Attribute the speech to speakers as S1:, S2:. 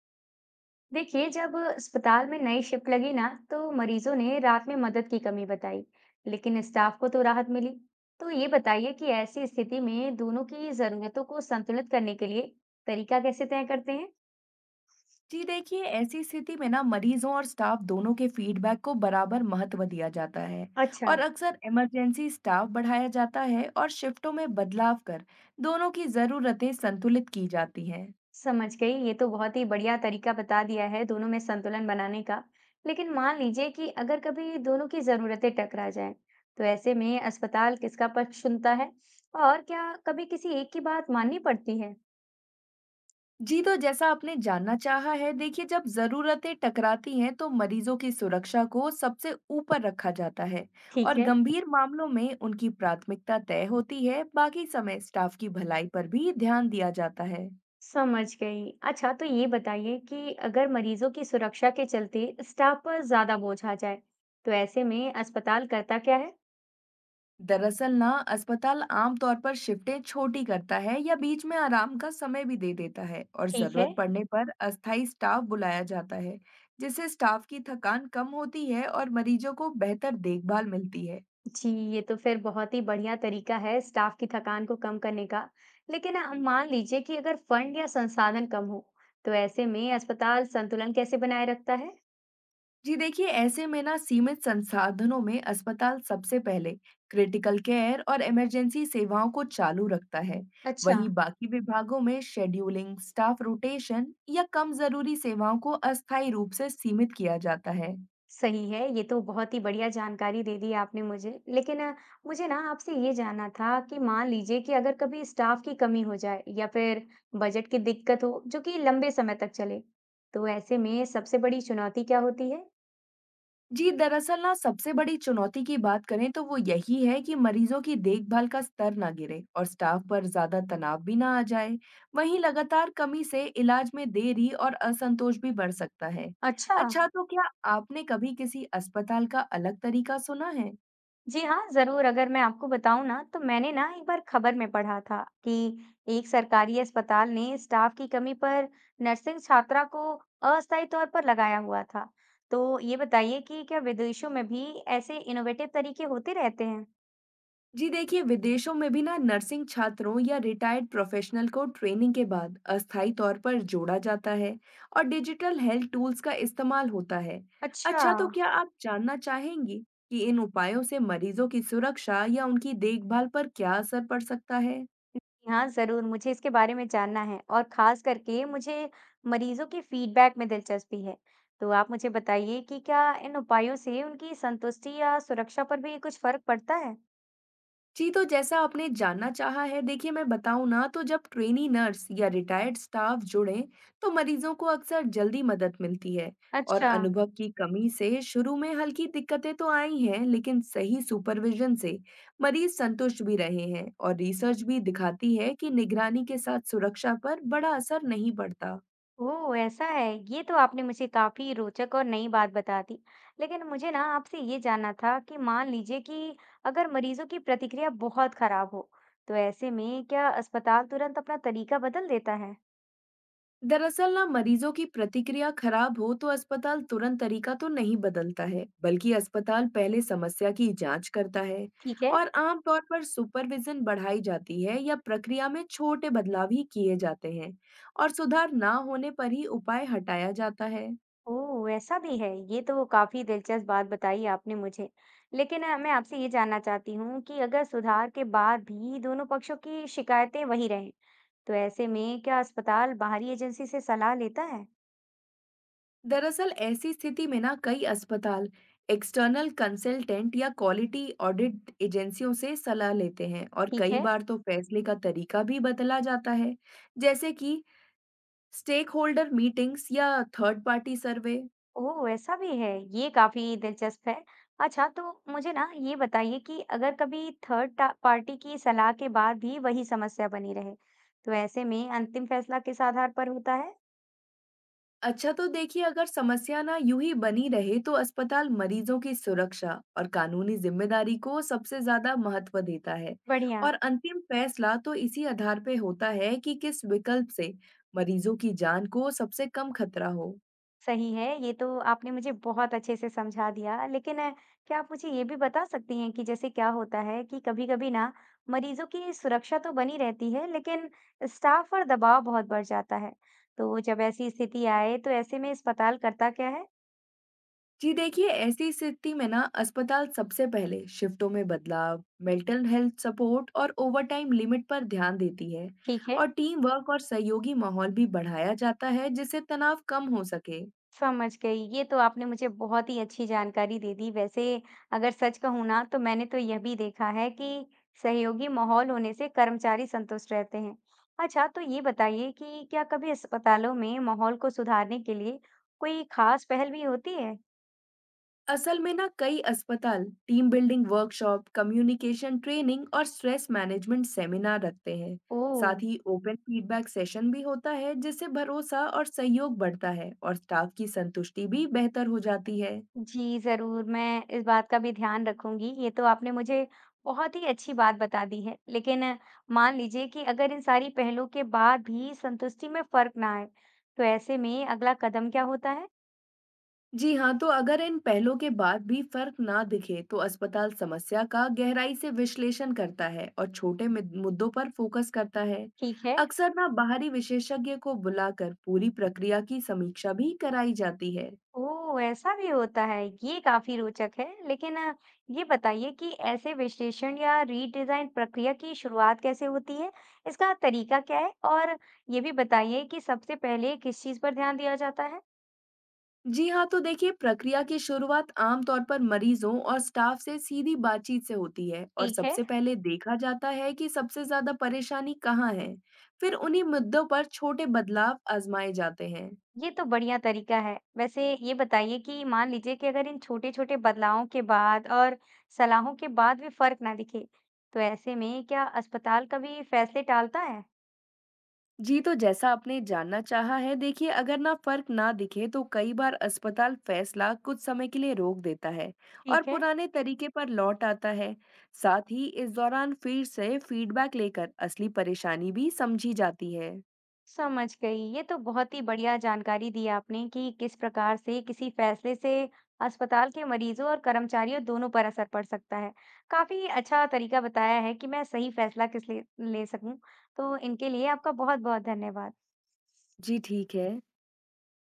S1: देखिए, जब अस्पताल में नई शिफ्ट लगी ना तो मरीजों ने रात में मदद की कमी बताई। लेकिन स्टाफ को तो राहत मिली। तो ये बताइए कि ऐसी स्थिति में दोनों की जरूरतों को संतुलित करने के लिए तरीका कैसे तय करते हैं।
S2: जी देखिए, ऐसी स्थिति में ना मरीजों और स्टाफ दोनों के फीडबैक को बराबर महत्व दिया जाता है।
S1: अच्छा।
S2: और अक्सर इमरजेंसी स्टाफ बढ़ाया जाता है और शिफ्टों में बदलाव कर दोनों की जरूरतें संतुलित की जाती हैं।
S1: समझ गई, ये तो बहुत ही बढ़िया तरीका बता दिया है दोनों में संतुलन बनाने का। लेकिन मान लीजिए कि अगर कभी दोनों की जरूरतें टकरा जाएं, तो ऐसे में अस्पताल किसका पक्ष सुनता है, और क्या कभी किसी एक की बात माननी पड़ती है।
S2: जी, तो जैसा आपने जानना चाहा है, देखिए जब जरूरतें टकराती हैं तो मरीजों की सुरक्षा को सबसे ऊपर रखा जाता है। और
S1: ठीक है।
S2: गंभीर मामलों में उनकी प्राथमिकता तय होती है, बाकी समय स्टाफ की भलाई पर भी ध्यान दिया जाता है।
S1: समझ गई। अच्छा, तो ये बताइए कि अगर मरीजों की सुरक्षा के चलते स्टाफ पर ज्यादा बोझ आ जाए, तो ऐसे में अस्पताल करता क्या है?
S2: दरअसल ना, अस्पताल आमतौर पर शिफ्टें छोटी करता है या बीच में आराम का समय भी दे देता है, और
S1: ठीक है।
S2: जरूरत पड़ने पर अस्थायी स्टाफ बुलाया जाता है। जिससे स्टाफ की थकान कम होती है और मरीजों को बेहतर देखभाल मिलती है।
S1: जी, ये तो फिर बहुत ही बढ़िया तरीका है स्टाफ की थकान को कम करने का। लेकिन मान लीजिए कि अगर फंड या संसाधन कम हो, तो ऐसे में अस्पताल संतुलन कैसे बनाए रखता है?
S2: जी देखिए, ऐसे में ना सीमित संसाधनों में अस्पताल सबसे पहले क्रिटिकल केयर और इमरजेंसी सेवाओं को चालू रखता है।
S1: अच्छा।
S2: वहीं बाकी विभागों में शेड्यूलिंग, स्टाफ रोटेशन या कम जरूरी सेवाओं को अस्थायी रूप से सीमित किया जाता है।
S1: सही है, ये तो बहुत ही बढ़िया जानकारी दे दी आपने मुझे। लेकिन मुझे ना आपसे ये जानना था कि मान लीजिए कि अगर कभी स्टाफ की कमी हो जाए या फिर बजट की दिक्कत हो, जो कि लंबे समय तक चले, तो ऐसे में सबसे बड़ी चुनौती क्या होती है?
S2: जी, दरअसल ना, सबसे बड़ी चुनौती की बात करें तो वो यही है कि मरीजों की देखभाल का स्तर ना गिरे और स्टाफ पर ज्यादा तनाव भी ना आ जाए। वहीं लगातार कमी से इलाज में देरी और असंतोष भी बढ़ सकता है।
S1: अच्छा।
S2: अच्छा, तो क्या आपने कभी किसी अस्पताल का अलग तरीका सुना है?
S1: जी हाँ, ज़रूर। अगर मैं आपको बताऊँ ना तो मैंने ना एक बार खबर में पढ़ा था कि एक सरकारी अस्पताल ने स्टाफ की कमी पर नर्सिंग छात्रा को अस्थायी तौर पर लगाया हुआ था। तो ये बताइए कि क्या विदेशों में भी ऐसे इनोवेटिव तरीके होते रहते हैं?
S2: जी देखिए, विदेशों में भी ना नर्सिंग छात्रों या रिटायर्ड प्रोफेशनल को ट्रेनिंग के बाद अस्थायी तौर पर जोड़ा जाता है और डिजिटल हेल्थ टूल्स का इस्तेमाल होता है।
S1: अच्छा।
S2: अच्छा, तो क्या आप जानना चाहेंगी कि इन उपायों से मरीजों की सुरक्षा या उनकी देखभाल पर क्या असर पड़ सकता है?
S1: हाँ ज़रूर, मुझे इसके बारे में जानना है, और खास करके मुझे मरीजों के फीडबैक में दिलचस्पी है। तो आप मुझे बताइए कि क्या इन उपायों से उनकी संतुष्टि या सुरक्षा पर भी कुछ फर्क पड़ता है?
S2: जी, तो जैसा आपने जानना चाहा है, देखिए मैं बताऊँ ना, तो जब ट्रेनी नर्स या रिटायर्ड स्टाफ जुड़ें, तो मरीजों को अक्सर जल्दी मदद मिलती है। और
S1: अच्छा।
S2: अनुभव की कमी से शुरू में हल्की दिक्कतें तो आई हैं, लेकिन सही सुपरविजन से मरीज संतुष्ट भी रहे हैं, और रिसर्च भी दिखाती है कि निगरानी के साथ सुरक्षा पर बड़ा असर नहीं पड़ता।
S1: ओह! ऐसा है। ये तो आपने मुझे काफ़ी रोचक और नई बात बता दी। लेकिन मुझे ना आपसे ये जानना था कि मान लीजिए कि अगर मरीज़ों की प्रतिक्रिया बहुत खराब हो, तो ऐसे में क्या अस्पताल तुरंत अपना तरीका बदल देता है?
S2: दरअसल ना, मरीजों की प्रतिक्रिया खराब हो तो अस्पताल तुरंत तरीका तो नहीं बदलता है, बल्कि अस्पताल पहले समस्या की जांच करता है।
S1: ठीक है।
S2: और आमतौर पर सुपरविजन बढ़ाई जाती है या प्रक्रिया में छोटे बदलाव ही किए जाते हैं, और सुधार ना होने पर ही उपाय हटाया जाता है।
S1: ओह! ऐसा भी है। ये तो काफ़ी दिलचस्प बात बताई आपने मुझे। लेकिन मैं आपसे ये जानना चाहती हूँ कि अगर सुधार के बाद भी दोनों पक्षों की शिकायतें वही रहें, तो ऐसे में क्या अस्पताल बाहरी एजेंसी से सलाह लेता है?
S2: दरअसल ऐसी स्थिति में ना, कई अस्पताल एक्सटर्नल कंसल्टेंट या क्वालिटी ऑडिट एजेंसियों से सलाह लेते हैं, और
S1: ठीक
S2: कई
S1: है।
S2: बार तो फैसले का तरीका भी बदला जाता है, जैसे कि स्टेक होल्डर मीटिंग्स या थर्ड पार्टी सर्वे।
S1: ओह! ऐसा भी है, ये काफ़ी दिलचस्प है। अच्छा, तो मुझे ना ये बताइए कि अगर कभी थर्ड टा पार्टी की सलाह के बाद भी वही समस्या बनी रहे, तो ऐसे में अंतिम फैसला किस आधार पर होता है?
S2: अच्छा, तो देखिए अगर समस्या ना यूं ही बनी रहे, तो अस्पताल मरीजों की सुरक्षा और कानूनी जिम्मेदारी को सबसे ज्यादा महत्व देता है।
S1: बढ़िया।
S2: और अंतिम फैसला तो इसी आधार पे होता है कि किस विकल्प से मरीजों की जान को सबसे कम खतरा हो।
S1: सही है, ये तो आपने मुझे बहुत अच्छे से समझा दिया। लेकिन क्या आप मुझे ये भी बता सकती हैं कि जैसे क्या होता है कि कभी-कभी ना मरीज़ों की सुरक्षा तो बनी रहती है, लेकिन स्टाफ पर दबाव बहुत बढ़ जाता है। तो जब ऐसी स्थिति आए, तो ऐसे में अस्पताल करता क्या है?
S2: जी देखिए, ऐसी स्थिति में ना अस्पताल सबसे पहले शिफ्टों में बदलाव, मेंटल हेल्थ सपोर्ट और ओवरटाइम लिमिट पर ध्यान देती है।
S1: ठीक है।
S2: और टीम वर्क और सहयोगी माहौल भी बढ़ाया जाता है जिससे तनाव कम हो सके।
S1: समझ गई। ये तो आपने मुझे बहुत ही अच्छी जानकारी दे दी। वैसे अगर सच कहूँ ना तो मैंने तो यह भी देखा है कि सहयोगी माहौल होने से कर्मचारी संतुष्ट रहते हैं। अच्छा, तो ये बताइए कि क्या कभी अस्पतालों में माहौल को सुधारने के लिए कोई खास पहल भी होती है?
S2: असल में ना, कई अस्पताल team building workshop, communication training और स्ट्रेस मैनेजमेंट सेमिनार रखते हैं।
S1: ओह!
S2: साथ ही ओपन फीडबैक सेशन भी होता है, जिससे भरोसा और सहयोग बढ़ता है और स्टाफ की संतुष्टि भी बेहतर हो जाती है।
S1: जी, ज़रूर, मैं इस बात का भी ध्यान रखूँगी। ये तो आपने मुझे बहुत ही अच्छी बात बता दी है। लेकिन मान लीजिए कि अगर इन सारी पहलों के बाद भी संतुष्टि में फ़र्क ना आए, तो ऐसे में अगला कदम क्या होता है?
S2: जी हाँ, तो अगर इन पहलों के बाद भी फर्क ना दिखे, तो अस्पताल समस्या का गहराई से विश्लेषण करता है और छोटे मुद्दों पर फोकस करता है।
S1: ठीक है।
S2: अक्सर ना बाहरी विशेषज्ञ को बुलाकर पूरी प्रक्रिया की समीक्षा भी कराई जाती है।
S1: ओह! ऐसा भी होता है, ये काफ़ी रोचक है। लेकिन ये बताइए कि ऐसे विश्लेषण या रीडिज़ाइन प्रक्रिया की शुरुआत कैसे होती है? इसका तरीका क्या है? और ये भी बताइए कि सबसे पहले किस चीज़ पर ध्यान दिया जाता है?
S2: जी हाँ, तो देखिए प्रक्रिया की शुरुआत आमतौर पर मरीजों और स्टाफ से सीधी बातचीत से होती है, और
S1: ठीक है।
S2: सबसे पहले देखा जाता है कि सबसे ज्यादा परेशानी कहाँ है। फिर उन्हीं मुद्दों पर छोटे बदलाव आजमाए जाते हैं।
S1: ये तो बढ़िया तरीका है। वैसे ये बताइए कि मान लीजिए कि अगर इन छोटे-छोटे बदलावों के बाद और सलाहों के बाद भी फर्क ना दिखे, तो ऐसे में क्या अस्पताल कभी फैसले टालता है?
S2: जी, तो जैसा आपने जानना चाहा है, देखिए अगर ना फर्क ना दिखे, तो कई बार अस्पताल फैसला कुछ समय के लिए रोक देता है और
S1: ठीक है,
S2: पुराने तरीके पर लौट आता है। साथ ही इस दौरान फिर से फीडबैक लेकर असली परेशानी भी समझी जाती है।
S1: समझ गई। ये तो बहुत ही बढ़िया जानकारी दी आपने कि किस प्रकार से किसी फैसले से अस्पताल के मरीजों और कर्मचारियों दोनों पर असर पड़ सकता है। काफी अच्छा तरीका बताया है कि मैं सही फैसला किस लिए ले सकूं। तो इनके लिए आपका बहुत-बहुत धन्यवाद।
S2: जी ठीक है।